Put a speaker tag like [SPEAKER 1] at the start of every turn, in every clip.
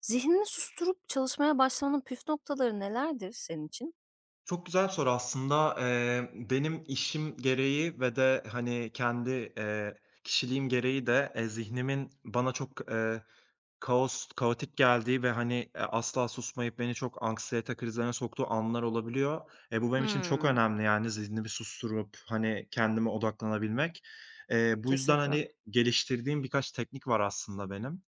[SPEAKER 1] Zihnini susturup çalışmaya başlamanın püf noktaları nelerdir senin için?
[SPEAKER 2] Çok güzel soru aslında. Benim işim gereği ve de, hani, kendi, eee, kişiliğim gereği de, zihnimin bana çok, kaotik geldiği ve, hani, asla susmayıp beni çok anksiyete krizlerine soktuğu anlar olabiliyor. Bu benim için çok
[SPEAKER 1] Hımm.
[SPEAKER 2] önemli, yani, zihnimi susturup, hani, kendime odaklanabilmek. Bu yüzden,
[SPEAKER 1] Kesinlikle.
[SPEAKER 2] hani, geliştirdiğim birkaç teknik var aslında benim.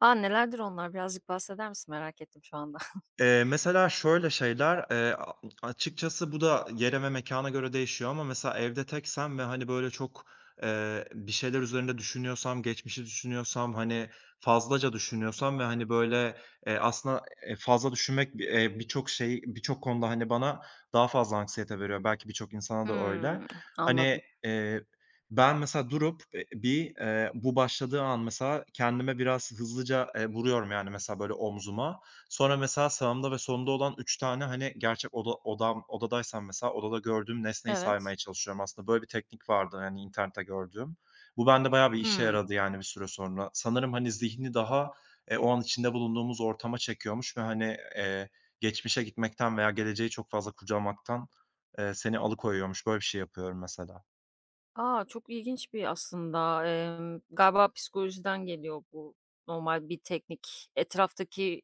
[SPEAKER 1] A, nelerdir onlar? Birazcık bahseder misin? Merak ettim şu anda.
[SPEAKER 2] Mesela şöyle şeyler, a açıkçası bu da yere ve mekana göre değişiyor ama mesela evde teksem ve, hani, böyle, çok, bir şeyler üzerinde düşünüyorsam, geçmişi düşünüyorsam, hani, fazlaca düşünüyorsam ve, hani, böyle, eee, aslında, fazla düşünmek, bi birçok şey, birçok konuda, hani, bana daha fazla anksiyete veriyor. Belki birçok insana da öyle.
[SPEAKER 1] Hımm.
[SPEAKER 2] Hani,
[SPEAKER 1] Anladım.
[SPEAKER 2] ben mesela durup, bu başladığı an mesela kendime biraz hızlıca, vuruyorum, yani, mesela, böyle, omzuma. Sonra mesela sağımda ve solumda olan 3 tane, hani, gerçek odadaysam mesela odada gördüğüm nesneyi
[SPEAKER 1] Evet.
[SPEAKER 2] saymaya çalışıyorum. Aslında böyle bir teknik vardı, hani, internette gördüğüm. Bu bende bayağı bir işe
[SPEAKER 1] Hımm.
[SPEAKER 2] yaradı, yani, bir süre sonra. Sanırım, hani, zihni daha, o an içinde bulunduğumuz ortama çekiyormuş ve, hani, geçmişe gitmekten veya geleceği çok fazla kucamaktan seni alıkoyuyormuş. Böyle bir şey yapıyorum mesela.
[SPEAKER 1] A, çok ilginç bir aslında, galiba psikolojiden geliyor bu normal bir teknik. Etraftaki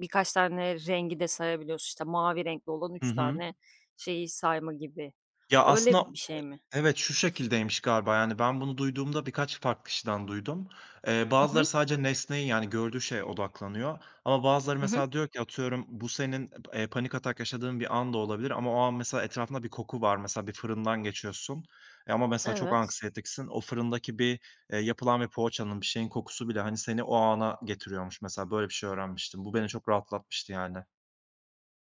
[SPEAKER 1] birkaç tane rengi de sayabiliyorsun. İşte, mavi renkli olan
[SPEAKER 2] Hı
[SPEAKER 1] üç
[SPEAKER 2] hı.
[SPEAKER 1] tane şeyi sayma gibi.
[SPEAKER 2] Ya,
[SPEAKER 1] Öyle
[SPEAKER 2] aslında.
[SPEAKER 1] bir şey mi?
[SPEAKER 2] Evet, şu şekildeymiş galiba, yani, ben bunu duyduğumda birkaç farklı kişiden duydum.
[SPEAKER 1] Hı
[SPEAKER 2] Bazıları
[SPEAKER 1] hı.
[SPEAKER 2] sadece nesneye, yani, gördüğü şeye odaklanıyor ama bazıları
[SPEAKER 1] Hı hı.
[SPEAKER 2] mesela diyor ki atıyorum bu senin, panik atak yaşadığın bir an da olabilir ama o an mesela etrafında bir koku var. Mesela bir fırından geçiyorsun, ama mesela çok
[SPEAKER 1] Evet.
[SPEAKER 2] anksiyetiksin. O fırındaki yapılan bir poğaçanın, bir şeyin kokusu bile, hani, seni o ana getiriyormuş mesela. Böyle bir şey öğrenmiştim. Bu beni çok rahatlatmıştı yani.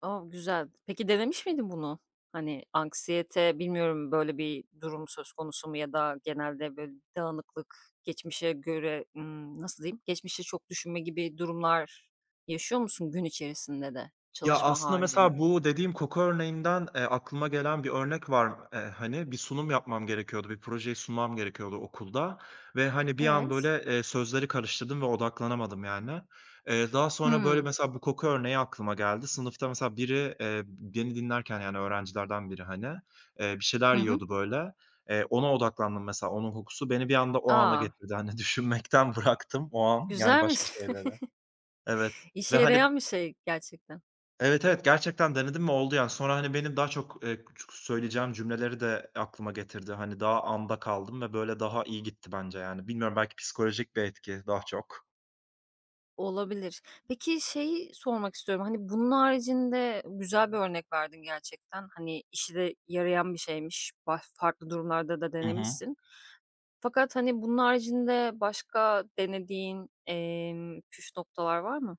[SPEAKER 1] A, güzel. Peki denemiş miydin bunu? Hani, anksiyete bilmiyorum böyle bir durum söz konusu mu ya da genelde böyle bir dağınıklık, geçmişe göre, nasıl diyeyim, geçmişe çok düşünme gibi durumlar yaşıyor musun gün içerisinde de
[SPEAKER 2] Ya,
[SPEAKER 1] çalışma
[SPEAKER 2] aslında
[SPEAKER 1] haricinde?
[SPEAKER 2] mesela bu dediğim koku örneğinden, aklıma gelen bir örnek var. Hani, bir sunum yapmam gerekiyordu, bir projeyi sunmam gerekiyordu okulda ve, hani, bir an
[SPEAKER 1] Evet.
[SPEAKER 2] böyle, sözleri karıştırdım ve odaklanamadım yani. Daha sonra böyle
[SPEAKER 1] Hımm.
[SPEAKER 2] mesela bu koku örneği aklıma geldi. Sınıfta mesela biri, beni dinlerken yani öğrencilerden biri, hani, bir şeyler
[SPEAKER 1] Hı hı.
[SPEAKER 2] yiyordu böyle. Ona odaklandım mesela, onun kokusu beni bir anda o ana
[SPEAKER 1] Aa,
[SPEAKER 2] getirdi. Hani, düşünmekten bıraktım o an, yani
[SPEAKER 1] güzelmiş.
[SPEAKER 2] başka şeylere. Evet
[SPEAKER 1] İşe
[SPEAKER 2] ve hani.
[SPEAKER 1] yarayan bir şey gerçekten.
[SPEAKER 2] Evet, evet, gerçekten denedim ve oldu yani. Sonra, hani, benim daha çok, küçük söyleyeceğim cümleleri de aklıma getirdi. Hani, daha anda kaldım ve böyle daha iyi gitti bence yani. Bilmiyorum belki psikolojik bir etki daha çok.
[SPEAKER 1] Olabilir. Peki şeyi sormak istiyorum, hani, bunun haricinde güzel bir örnek verdin gerçekten. Hani, işi de yarayan bir şeymiş, baş farklı durumlarda da
[SPEAKER 2] Hı hı.
[SPEAKER 1] denemişsin. Fakat, hani, bunun haricinde başka denediğin, püf noktalar var mı?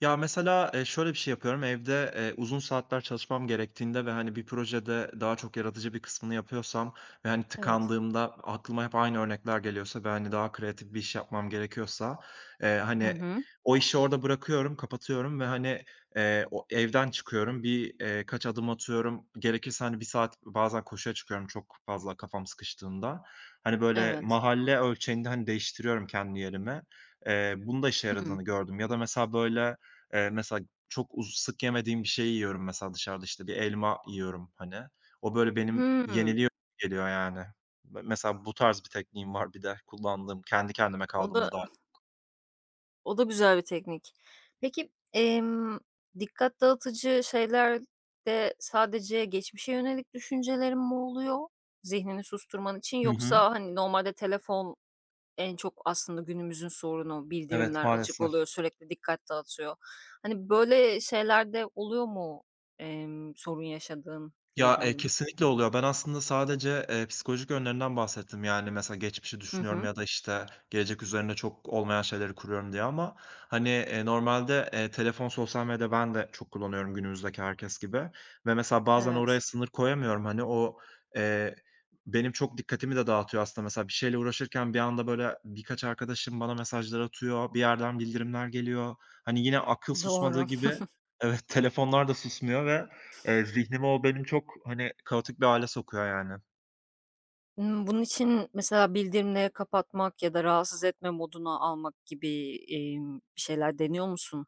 [SPEAKER 2] Ya, mesela, şöyle bir şey yapıyorum. Evde, uzun saatler çalışmam gerektiğinde ve, hani, bir projede daha çok yaratıcı bir kısmını yapıyorsam ve, hani,
[SPEAKER 1] Evet.
[SPEAKER 2] tıkandığımda aklıma hep aynı örnekler geliyorsa ve, hani, daha kreatif bir iş yapmam gerekiyorsa,
[SPEAKER 1] Hı
[SPEAKER 2] hani,
[SPEAKER 1] hı.
[SPEAKER 2] o işi orada bırakıyorum, kapatıyorum ve, hani, o evden çıkıyorum. Bir, kaç adım atıyorum. Gerekirse, hani, bir saat bazen koşuya çıkıyorum çok fazla kafam sıkıştığında. Hani, böyle
[SPEAKER 1] Evet.
[SPEAKER 2] mahalle ölçeğinde, hani, değiştiriyorum kendi yerimi. Bunun da işe
[SPEAKER 1] Hı
[SPEAKER 2] yaradığını gördüm ya da mesela, böyle. Mesela çok sık yemediğim bir şeyi yiyorum mesela dışarıda, işte, bir elma yiyorum, hani. O böyle benim
[SPEAKER 1] hı.
[SPEAKER 2] yeniliyor geliyor yani. Mesela bu tarz bir tekniğim var bir de kullandığım, kendi kendime
[SPEAKER 1] O da,
[SPEAKER 2] kaldığımda dâhil.
[SPEAKER 1] o da güzel bir teknik. Peki, dikkat dağıtıcı şeylerde sadece geçmişe yönelik düşüncelerin mi oluyor zihnini susturman için
[SPEAKER 2] Hı hı.
[SPEAKER 1] yoksa, hani, normalde telefon en çok aslında günümüzün sorunu,
[SPEAKER 2] Evet,
[SPEAKER 1] bildirimler açık
[SPEAKER 2] maalesef.
[SPEAKER 1] oluyor, sürekli dikkat dağıtıyor. Hani, böyle şeylerde oluyor mu, sorun yaşadığın
[SPEAKER 2] Ya,
[SPEAKER 1] diyebilirim?
[SPEAKER 2] kesinlikle oluyor. Ben aslında sadece, psikolojik yönlerinden bahsettim. Yani, mesela geçmişi
[SPEAKER 1] Hı
[SPEAKER 2] düşünüyorum
[SPEAKER 1] hı.
[SPEAKER 2] ya da, işte, gelecek üzerine çok olmayan şeyleri kuruyorum diye ama, hani, telefon, sosyal medya ben de çok kullanıyorum günümüzdeki herkes gibi ve mesela bazen oraya
[SPEAKER 1] Evet,
[SPEAKER 2] sınır koyamıyorum. Hani, o, eee, benim çok dikkatimi de dağıtıyor aslında. Mesela bir şeyle uğraşırken bir anda, böyle, birkaç arkadaşım bana mesajlar atıyor, bir yerden bildirimler geliyor. Hani, yine akıl susmadığı
[SPEAKER 1] doğru.
[SPEAKER 2] gibi. Evet, telefonlar da susmuyor ve zihnimi o benim çok, hani, kaotik bir hâle sokuyor yani.
[SPEAKER 1] Bunun için mesela bildirimleri kapatmak ya da rahatsız etme moduna almak gibi, bir şeyler deniyor musun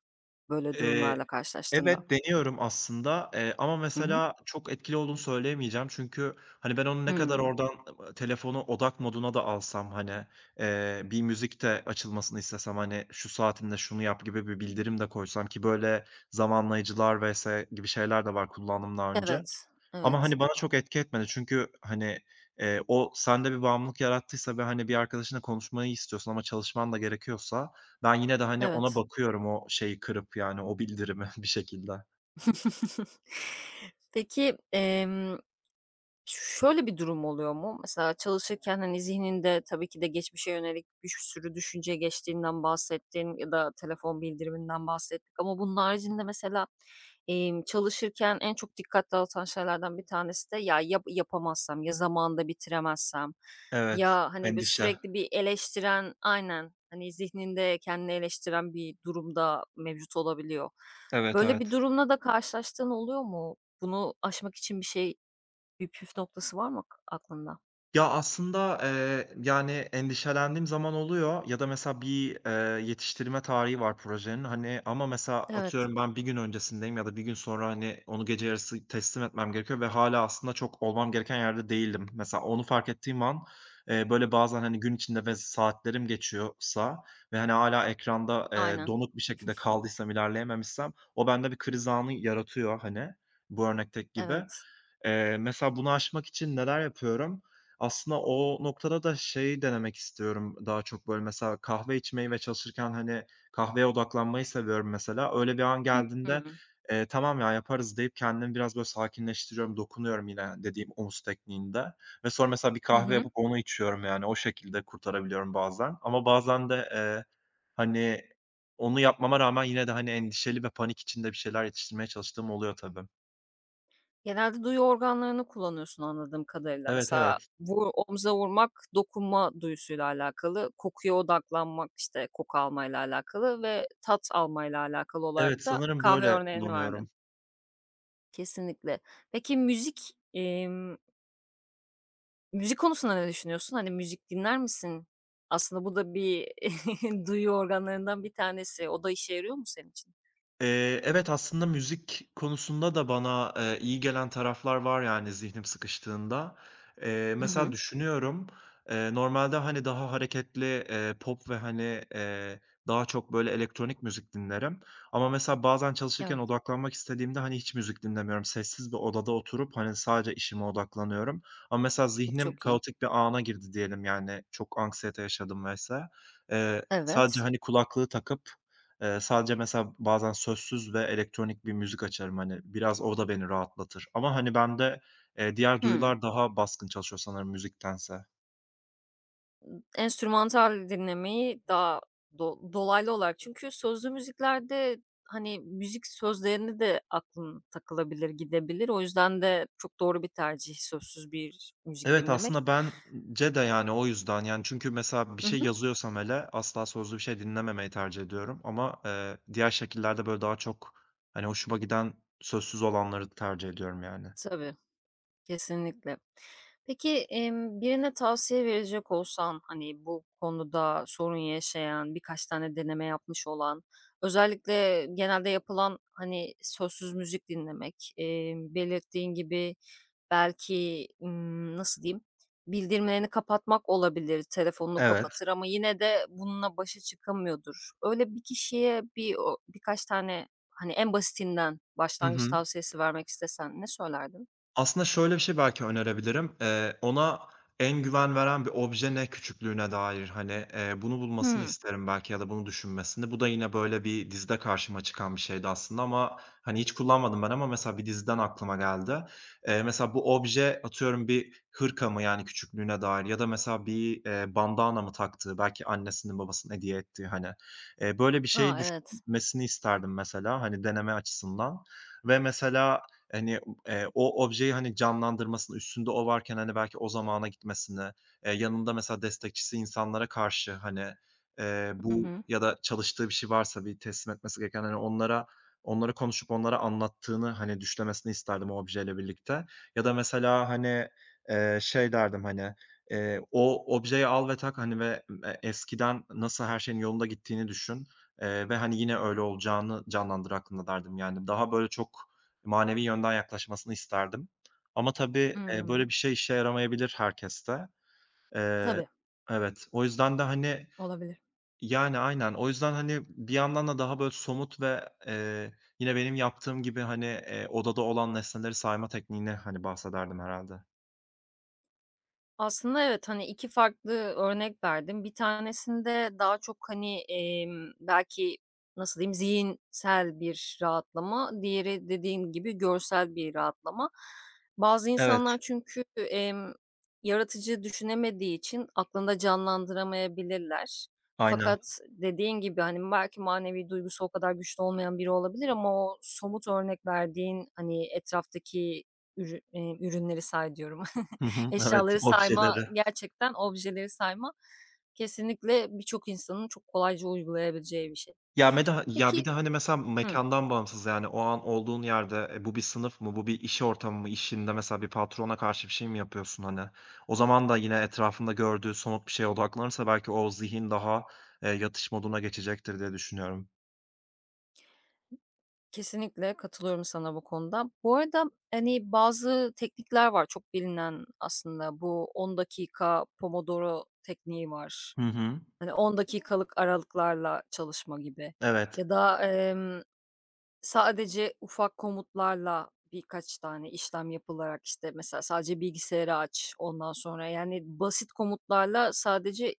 [SPEAKER 1] böyle
[SPEAKER 2] Eee,
[SPEAKER 1] durumlarla karşılaştığında?
[SPEAKER 2] evet, deniyorum aslında, ama
[SPEAKER 1] Hı hı.
[SPEAKER 2] mesela çok etkili olduğunu söyleyemeyeceğim. Çünkü, hani, ben onu ne kadar
[SPEAKER 1] Hımm.
[SPEAKER 2] oradan telefonu odak moduna da alsam, hani, bir müzik de açılmasını istesem, hani, "Şu saatinde şunu yap." gibi bir bildirim de koysam ki böyle zamanlayıcılar vs. gibi şeyler de var kullandığım daha önce.
[SPEAKER 1] Evet,
[SPEAKER 2] Ama,
[SPEAKER 1] evet,
[SPEAKER 2] hani, bana çok etki etmedi. Çünkü, hani, o sende bir bağımlılık yarattıysa ve, hani, bir arkadaşınla konuşmayı istiyorsun ama çalışman da gerekiyorsa ben yine de, hani, ona
[SPEAKER 1] evet.
[SPEAKER 2] bakıyorum o şeyi kırıp, yani, o bildirimi bir şekilde.
[SPEAKER 1] Peki, şöyle bir durum oluyor mu? Mesela çalışırken, hani, zihninde tabii ki de geçmişe yönelik bir sürü düşünce geçtiğinden bahsettin ya da telefon bildiriminden bahsettik ama bunun haricinde mesela çalışırken en çok dikkat dağıtan şeylerden bir tanesi de ya, yapamazsam, ya zamanında bitiremezsem,
[SPEAKER 2] Evet,
[SPEAKER 1] ya, hani, böyle,
[SPEAKER 2] endişe.
[SPEAKER 1] sürekli bir eleştiren. Aynen. Hani, zihninde kendini eleştiren bir durum da mevcut olabiliyor.
[SPEAKER 2] Evet,
[SPEAKER 1] Böyle bir
[SPEAKER 2] evet.
[SPEAKER 1] durumla da karşılaştığın oluyor mu? Bunu aşmak için bir şey, bir püf noktası var mı aklında?
[SPEAKER 2] Ya, aslında, yani, endişelendiğim zaman oluyor ya da mesela bir, yetiştirme tarihi var projenin, hani, ama mesela
[SPEAKER 1] Evet,
[SPEAKER 2] atıyorum ben bir gün öncesindeyim ya da bir gün sonra, hani, onu gece yarısı teslim etmem gerekiyor ve hala aslında çok olmam gereken yerde değilim. Mesela onu fark ettiğim an, böyle, bazen, hani, gün içinde ve saatlerim geçiyorsa ve, hani, hala ekranda,
[SPEAKER 1] aynen.
[SPEAKER 2] donuk bir şekilde kaldıysam, ilerleyememişsem o bende bir kriz anı yaratıyor, hani, bu örnekteki gibi.
[SPEAKER 1] Evet.
[SPEAKER 2] Mesela bunu aşmak için neler yapıyorum? Aslında o noktada da şeyi denemek istiyorum daha çok, böyle, mesela kahve içmeyi ve çalışırken, hani, kahveye odaklanmayı seviyorum mesela. Öyle bir an
[SPEAKER 1] Hı
[SPEAKER 2] geldiğinde,
[SPEAKER 1] hı.
[SPEAKER 2] "Tamam ya, yaparız." deyip kendimi biraz, böyle, sakinleştiriyorum, dokunuyorum yine yani, dediğim omuz tekniğinde ve sonra mesela bir
[SPEAKER 1] Hı
[SPEAKER 2] kahve
[SPEAKER 1] hı.
[SPEAKER 2] yapıp onu içiyorum, yani, o şekilde kurtarabiliyorum bazen ama bazen de, hani, onu yapmama rağmen yine de, hani, endişeli ve panik içinde bir şeyler yetiştirmeye çalıştığım oluyor tabii.
[SPEAKER 1] Genelde duyu organlarını kullanıyorsun anladığım kadarıyla.
[SPEAKER 2] Evet,
[SPEAKER 1] Mesela
[SPEAKER 2] evet.
[SPEAKER 1] omza vurmak dokunma duyusuyla alakalı, kokuya odaklanmak, işte, koku almayla alakalı ve tat almayla alakalı olarak
[SPEAKER 2] Evet,
[SPEAKER 1] da
[SPEAKER 2] sanırım
[SPEAKER 1] kahve
[SPEAKER 2] böyle
[SPEAKER 1] örneğini verdin.
[SPEAKER 2] kullanıyorum.
[SPEAKER 1] Kesinlikle. Peki müzik, müzik konusunda ne düşünüyorsun? Hani, müzik dinler misin? Aslında bu da bir duyu organlarından bir tanesi. O da işe yarıyor mu senin için?
[SPEAKER 2] Evet, aslında müzik konusunda da bana, iyi gelen taraflar var yani zihnim sıkıştığında.
[SPEAKER 1] Hı
[SPEAKER 2] Mesela
[SPEAKER 1] hı.
[SPEAKER 2] düşünüyorum, normalde, hani, daha hareketli, pop ve, hani, daha çok böyle elektronik müzik dinlerim ama mesela bazen çalışırken
[SPEAKER 1] Evet,
[SPEAKER 2] odaklanmak istediğimde, hani, hiç müzik dinlemiyorum. Sessiz bir odada oturup, hani, sadece işime odaklanıyorum ama mesela zihnim
[SPEAKER 1] çok iyi.
[SPEAKER 2] kaotik bir ana girdi diyelim, yani, çok anksiyete yaşadım vs. Eee, sadece,
[SPEAKER 1] Evet.
[SPEAKER 2] hani, kulaklığı takıp. Sadece mesela bazen sözsüz ve elektronik bir müzik açarım, hani, biraz o da beni rahatlatır ama, hani, bende, diğer
[SPEAKER 1] Hıı.
[SPEAKER 2] duyular daha baskın çalışıyor sanırım müziktense.
[SPEAKER 1] Enstrümantal dinlemeyi daha dolaylı olarak çünkü sözlü müziklerde, hani, müzik sözlerini de aklın takılabilir, gidebilir. O yüzden de çok doğru bir tercih sözsüz bir müzik
[SPEAKER 2] Evet,
[SPEAKER 1] dinlemek.
[SPEAKER 2] aslında bence de, yani, o yüzden, yani, çünkü mesela bir
[SPEAKER 1] Hı
[SPEAKER 2] şey
[SPEAKER 1] hı.
[SPEAKER 2] yazıyorsam hele asla sözlü bir şey dinlememeyi tercih ediyorum ama, diğer şekillerde, böyle, daha çok, hani, hoşuma giden sözsüz olanları tercih ediyorum, yani.
[SPEAKER 1] Tabii. Kesinlikle. Peki, birine tavsiye verecek olsan, hani, bu konuda sorun yaşayan, birkaç tane deneme yapmış olan, özellikle genelde yapılan, hani, sözsüz müzik dinlemek, belirttiğin gibi belki, nasıl diyeyim, bildirimlerini kapatmak olabilir, telefonunu
[SPEAKER 2] Evet.
[SPEAKER 1] kapatır ama yine de bununla başa çıkamıyordur. Öyle bir kişiye birkaç tane, hani, en basitinden
[SPEAKER 2] Hı
[SPEAKER 1] başlangıç
[SPEAKER 2] hı.
[SPEAKER 1] tavsiyesi vermek istesen ne söylerdin?
[SPEAKER 2] Aslında şöyle bir şey belki önerebilirim. Ona en güven veren bir obje ne küçüklüğüne dair, hani, bunu bulmasını
[SPEAKER 1] Hıı.
[SPEAKER 2] isterim belki ya da bunu düşünmesini. Bu da yine böyle bir dizide karşıma çıkan bir şeydi aslında ama, hani, hiç kullanmadım ben ama mesela bir diziden aklıma geldi. Mesela bu obje atıyorum bir hırka mı, yani, küçüklüğüne dair ya da mesela bir, bandana mı taktığı, belki annesinin babasının hediye ettiği, hani, böyle bir
[SPEAKER 1] A,
[SPEAKER 2] şeyi
[SPEAKER 1] evet.
[SPEAKER 2] düşünmesini isterdim mesela, hani, deneme açısından ve mesela, hani, o objeyi, hani, canlandırmasını, üstünde o varken, hani, belki o zamana gitmesini, yanında mesela destekçisi insanlara karşı, hani,
[SPEAKER 1] Hı
[SPEAKER 2] bu
[SPEAKER 1] hı.
[SPEAKER 2] ya da çalıştığı bir şey varsa bir teslim etmesi gereken, hani, onlara onları konuşup onlara anlattığını, hani, düşlemesini isterdim o objeyle birlikte. Ya da mesela, hani, şey derdim, hani, "O objeyi al ve tak, hani, ve eskiden nasıl her şeyin yolunda gittiğini düşün, ve, hani, yine öyle olacağını canlandır aklında." derdim. Yani, daha böyle çok manevi yönden yaklaşmasını isterdim. Ama tabii, böyle
[SPEAKER 1] Hımm.
[SPEAKER 2] bir şey işe yaramayabilir herkeste. Eee,
[SPEAKER 1] Tabii,
[SPEAKER 2] evet, o yüzden de, hani,
[SPEAKER 1] olabilir.
[SPEAKER 2] yani, aynen. O yüzden, hani, bir yandan da daha böyle somut ve, yine benim yaptığım gibi, hani, odada olan nesneleri sayma tekniğini, hani, bahsederdim herhâlde.
[SPEAKER 1] Aslında evet, hani, 2 farklı örnek verdim. Bir tanesinde daha çok, hani, belki, nasıl diyeyim, zihinsel bir rahatlama, diğeri dediğin gibi görsel bir rahatlama. Bazı
[SPEAKER 2] Evet,
[SPEAKER 1] insanlar çünkü, yaratıcı düşünemediği için aklında canlandıramayabilirler.
[SPEAKER 2] aynen.
[SPEAKER 1] Fakat dediğin gibi, hani, belki manevi duygusu o kadar güçlü olmayan biri olabilir ama o somut örnek verdiğin, hani, etraftaki ürünleri say diyorum.
[SPEAKER 2] Hı hı, evet,
[SPEAKER 1] Eşyaları sayma,
[SPEAKER 2] objeleri.
[SPEAKER 1] gerçekten objeleri sayma kesinlikle birçok insanın çok kolayca uygulayabileceği bir şey.
[SPEAKER 2] Ya, bir de ya, bir
[SPEAKER 1] Peki.
[SPEAKER 2] de, hani, mesela
[SPEAKER 1] Hı.
[SPEAKER 2] mekândan bağımsız, yani, o an olduğun yerde, bu bir sınıf mı, bu bir iş ortamı mı, işinde mesela bir patrona karşı bir şey mi yapıyorsun, hani? O zaman da yine etrafında gördüğü somut bir şeye odaklanırsa belki o zihin daha, yatış moduna geçecektir diye düşünüyorum.
[SPEAKER 1] Kesinlikle katılıyorum sana bu konuda. Bu arada, hani, bazı teknikler var çok bilinen aslında. Bu 10 dakika Pomodoro tekniği var.
[SPEAKER 2] Hı hı.
[SPEAKER 1] Hani 10 dakikalık aralıklarla çalışma gibi
[SPEAKER 2] Evet.
[SPEAKER 1] ya da, sadece ufak komutlarla birkaç tane işlem yapılarak, işte, mesela sadece bilgisayarı aç, ondan sonra, yani, basit komutlarla sadece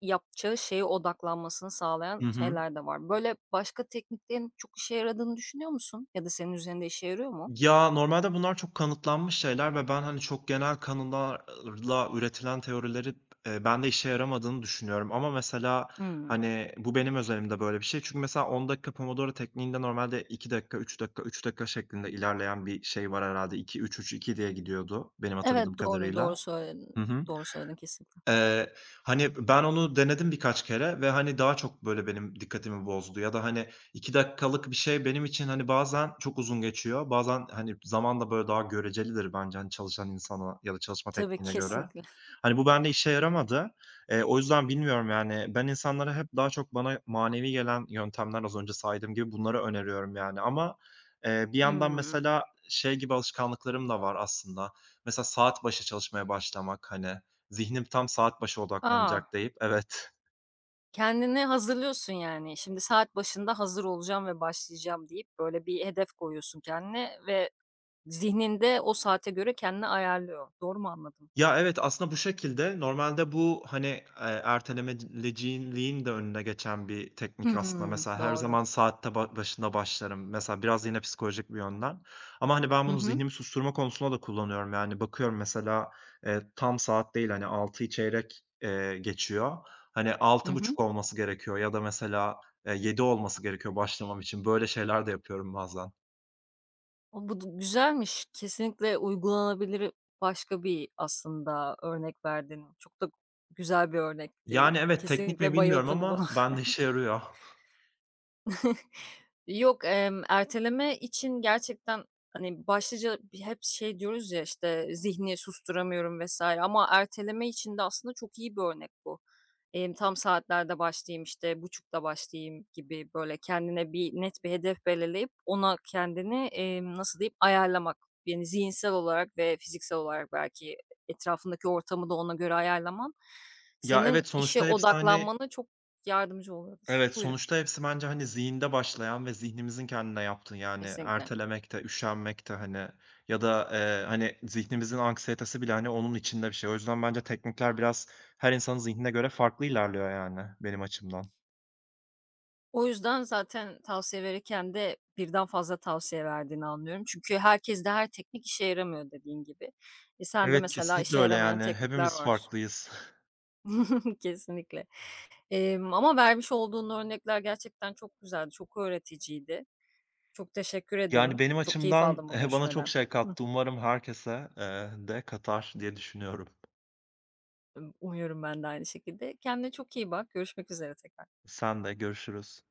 [SPEAKER 1] yapacağı şeye odaklanmasını sağlayan
[SPEAKER 2] Hı hı.
[SPEAKER 1] şeyler de var. Böyle başka tekniklerin çok işe yaradığını düşünüyor musun ya da senin üzerinde işe yarıyor mu?
[SPEAKER 2] Ya, normalde bunlar çok kanıtlanmış şeyler ve ben, hani, çok genel kanılarla üretilen teorileri, ben de işe yaramadığını düşünüyorum ama mesela,
[SPEAKER 1] Hımm.
[SPEAKER 2] hani, bu benim özelimde böyle bir şey. Çünkü mesela 10 dakika Pomodoro tekniğinde normalde 2 dakika, 3 dakika, 3 dakika şeklinde ilerleyen bir şey var herhalde iki, üç, üç, iki diye gidiyordu benim
[SPEAKER 1] Evet,
[SPEAKER 2] hatırladığım
[SPEAKER 1] doğru,
[SPEAKER 2] kadarıyla.
[SPEAKER 1] doğru
[SPEAKER 2] Hı
[SPEAKER 1] söyledin.
[SPEAKER 2] hı.
[SPEAKER 1] Doğru söyledin kesinlikle.
[SPEAKER 2] Eee, hani, ben onu denedim birkaç kere ve, hani, daha çok, böyle, benim dikkatimi bozdu ya da, hani, 2 dakikalık bir şey benim için, hani, bazen çok uzun geçiyor. Bazen, hani, zaman da, böyle, daha görecelidir bence, hani, çalışan insana ya da çalışma
[SPEAKER 1] Tabii,
[SPEAKER 2] tekniğine göre.
[SPEAKER 1] kesinlikle.
[SPEAKER 2] Hani, bu bende işe yaramadı. O yüzden bilmiyorum, yani, ben insanlara hep daha çok bana manevi gelen yöntemler az önce saydığım gibi bunları öneriyorum, yani. Ama, bir yandan
[SPEAKER 1] Hımm.
[SPEAKER 2] mesela şey gibi alışkanlıklarım da var aslında. Mesela saat başı çalışmaya başlamak, hani, zihnim tam saat başı
[SPEAKER 1] A!
[SPEAKER 2] odaklanacak deyip. Evet.
[SPEAKER 1] Kendini hazırlıyorsun yani. Şimdi saat başında hazır olacağım ve başlayacağım deyip böyle bir hedef koyuyorsun kendine ve zihninde o saate göre kendini ayarlıyor. Doğru mu anladım?
[SPEAKER 2] Ya, evet, aslında bu şekilde normalde bu, hani, ertelemeleciliğin de önüne geçen bir teknik aslında.
[SPEAKER 1] Hımm,
[SPEAKER 2] Mesela her
[SPEAKER 1] doğru.
[SPEAKER 2] zaman saatte başında başlarım. Mesela biraz yine psikolojik bir yönden ama, hani, ben
[SPEAKER 1] Hı
[SPEAKER 2] bunu
[SPEAKER 1] hı.
[SPEAKER 2] zihnimi susturma konusunda da kullanıyorum. Yani, bakıyorum mesela, tam saat değil, hani, 18.00'yı çeyrek, geçiyor. Hani,
[SPEAKER 1] Hı
[SPEAKER 2] altı
[SPEAKER 1] hı.
[SPEAKER 2] buçuk olması gerekiyor ya da mesela, 19.00 olması gerekiyor başlamam için. Böyle şeyler de yapıyorum bazen.
[SPEAKER 1] O bu du güzelmiş. Kesinlikle uygulanabilir başka bir aslında örnek verdin. Çok da güzel bir örnekti.
[SPEAKER 2] Yani, evet, teknik mi
[SPEAKER 1] Kesinlikle
[SPEAKER 2] bilmiyorum
[SPEAKER 1] bayıldım
[SPEAKER 2] ama
[SPEAKER 1] buna.
[SPEAKER 2] bende işe yarıyor.
[SPEAKER 1] Yok, erteleme için gerçekten, hani, başlıca hep şey diyoruz ya, işte, zihni susturamıyorum vesaire ama erteleme için de aslında çok iyi bir örnek bu. Tam saatlerde başlayayım, işte, buçukta başlayayım gibi, böyle, kendine bir net bir hedef belirleyip ona kendini, nasıl diyeyim, ayarlamak. Yani, zihinsel olarak ve fiziksel olarak belki etrafındaki ortamı da ona göre ayarlaman
[SPEAKER 2] Ya,
[SPEAKER 1] senin
[SPEAKER 2] evet,
[SPEAKER 1] işe
[SPEAKER 2] sonuçta hepsi, hani.
[SPEAKER 1] odaklanmana çok yardımcı oluyordur.
[SPEAKER 2] Evet,
[SPEAKER 1] Buyurun,
[SPEAKER 2] sonuçta hepsi bence, hani, zihinde başlayan ve zihnimizin kendine yaptığı, yani,
[SPEAKER 1] kesinlikle.
[SPEAKER 2] ertelemek de, üşenmek de, hani, ya da, hani, zihnimizin anksiyetesi bile, hani, onun içinde bir şey. O yüzden bence teknikler biraz her insanın zihnine göre farklı ilerliyor, yani, benim açımdan.
[SPEAKER 1] O yüzden zaten tavsiye verirken de birden fazla tavsiye verdiğini anlıyorum. Çünkü herkes de her teknik işe yaramıyor dediğin gibi. E, sen de
[SPEAKER 2] Evet,
[SPEAKER 1] mesela
[SPEAKER 2] kesinlikle
[SPEAKER 1] işe
[SPEAKER 2] öyle,
[SPEAKER 1] yaramayan
[SPEAKER 2] yani,
[SPEAKER 1] teknikler
[SPEAKER 2] hepimiz
[SPEAKER 1] var.
[SPEAKER 2] farklıyız.
[SPEAKER 1] Kesinlikle. Ama vermiş olduğun örnekler gerçekten çok güzeldi, çok öğreticiydi. Çok teşekkür
[SPEAKER 2] Yani,
[SPEAKER 1] ederim.
[SPEAKER 2] benim
[SPEAKER 1] Çok keyif
[SPEAKER 2] açımdan,
[SPEAKER 1] aldım bu
[SPEAKER 2] bana çok
[SPEAKER 1] görüşmeden.
[SPEAKER 2] şey
[SPEAKER 1] Hıh,
[SPEAKER 2] kattı. Umarım herkese, de katar diye düşünüyorum.
[SPEAKER 1] umuyorum ben de aynı şekilde. Kendine çok iyi bak. Görüşmek üzere tekrar.
[SPEAKER 2] Sen de görüşürüz.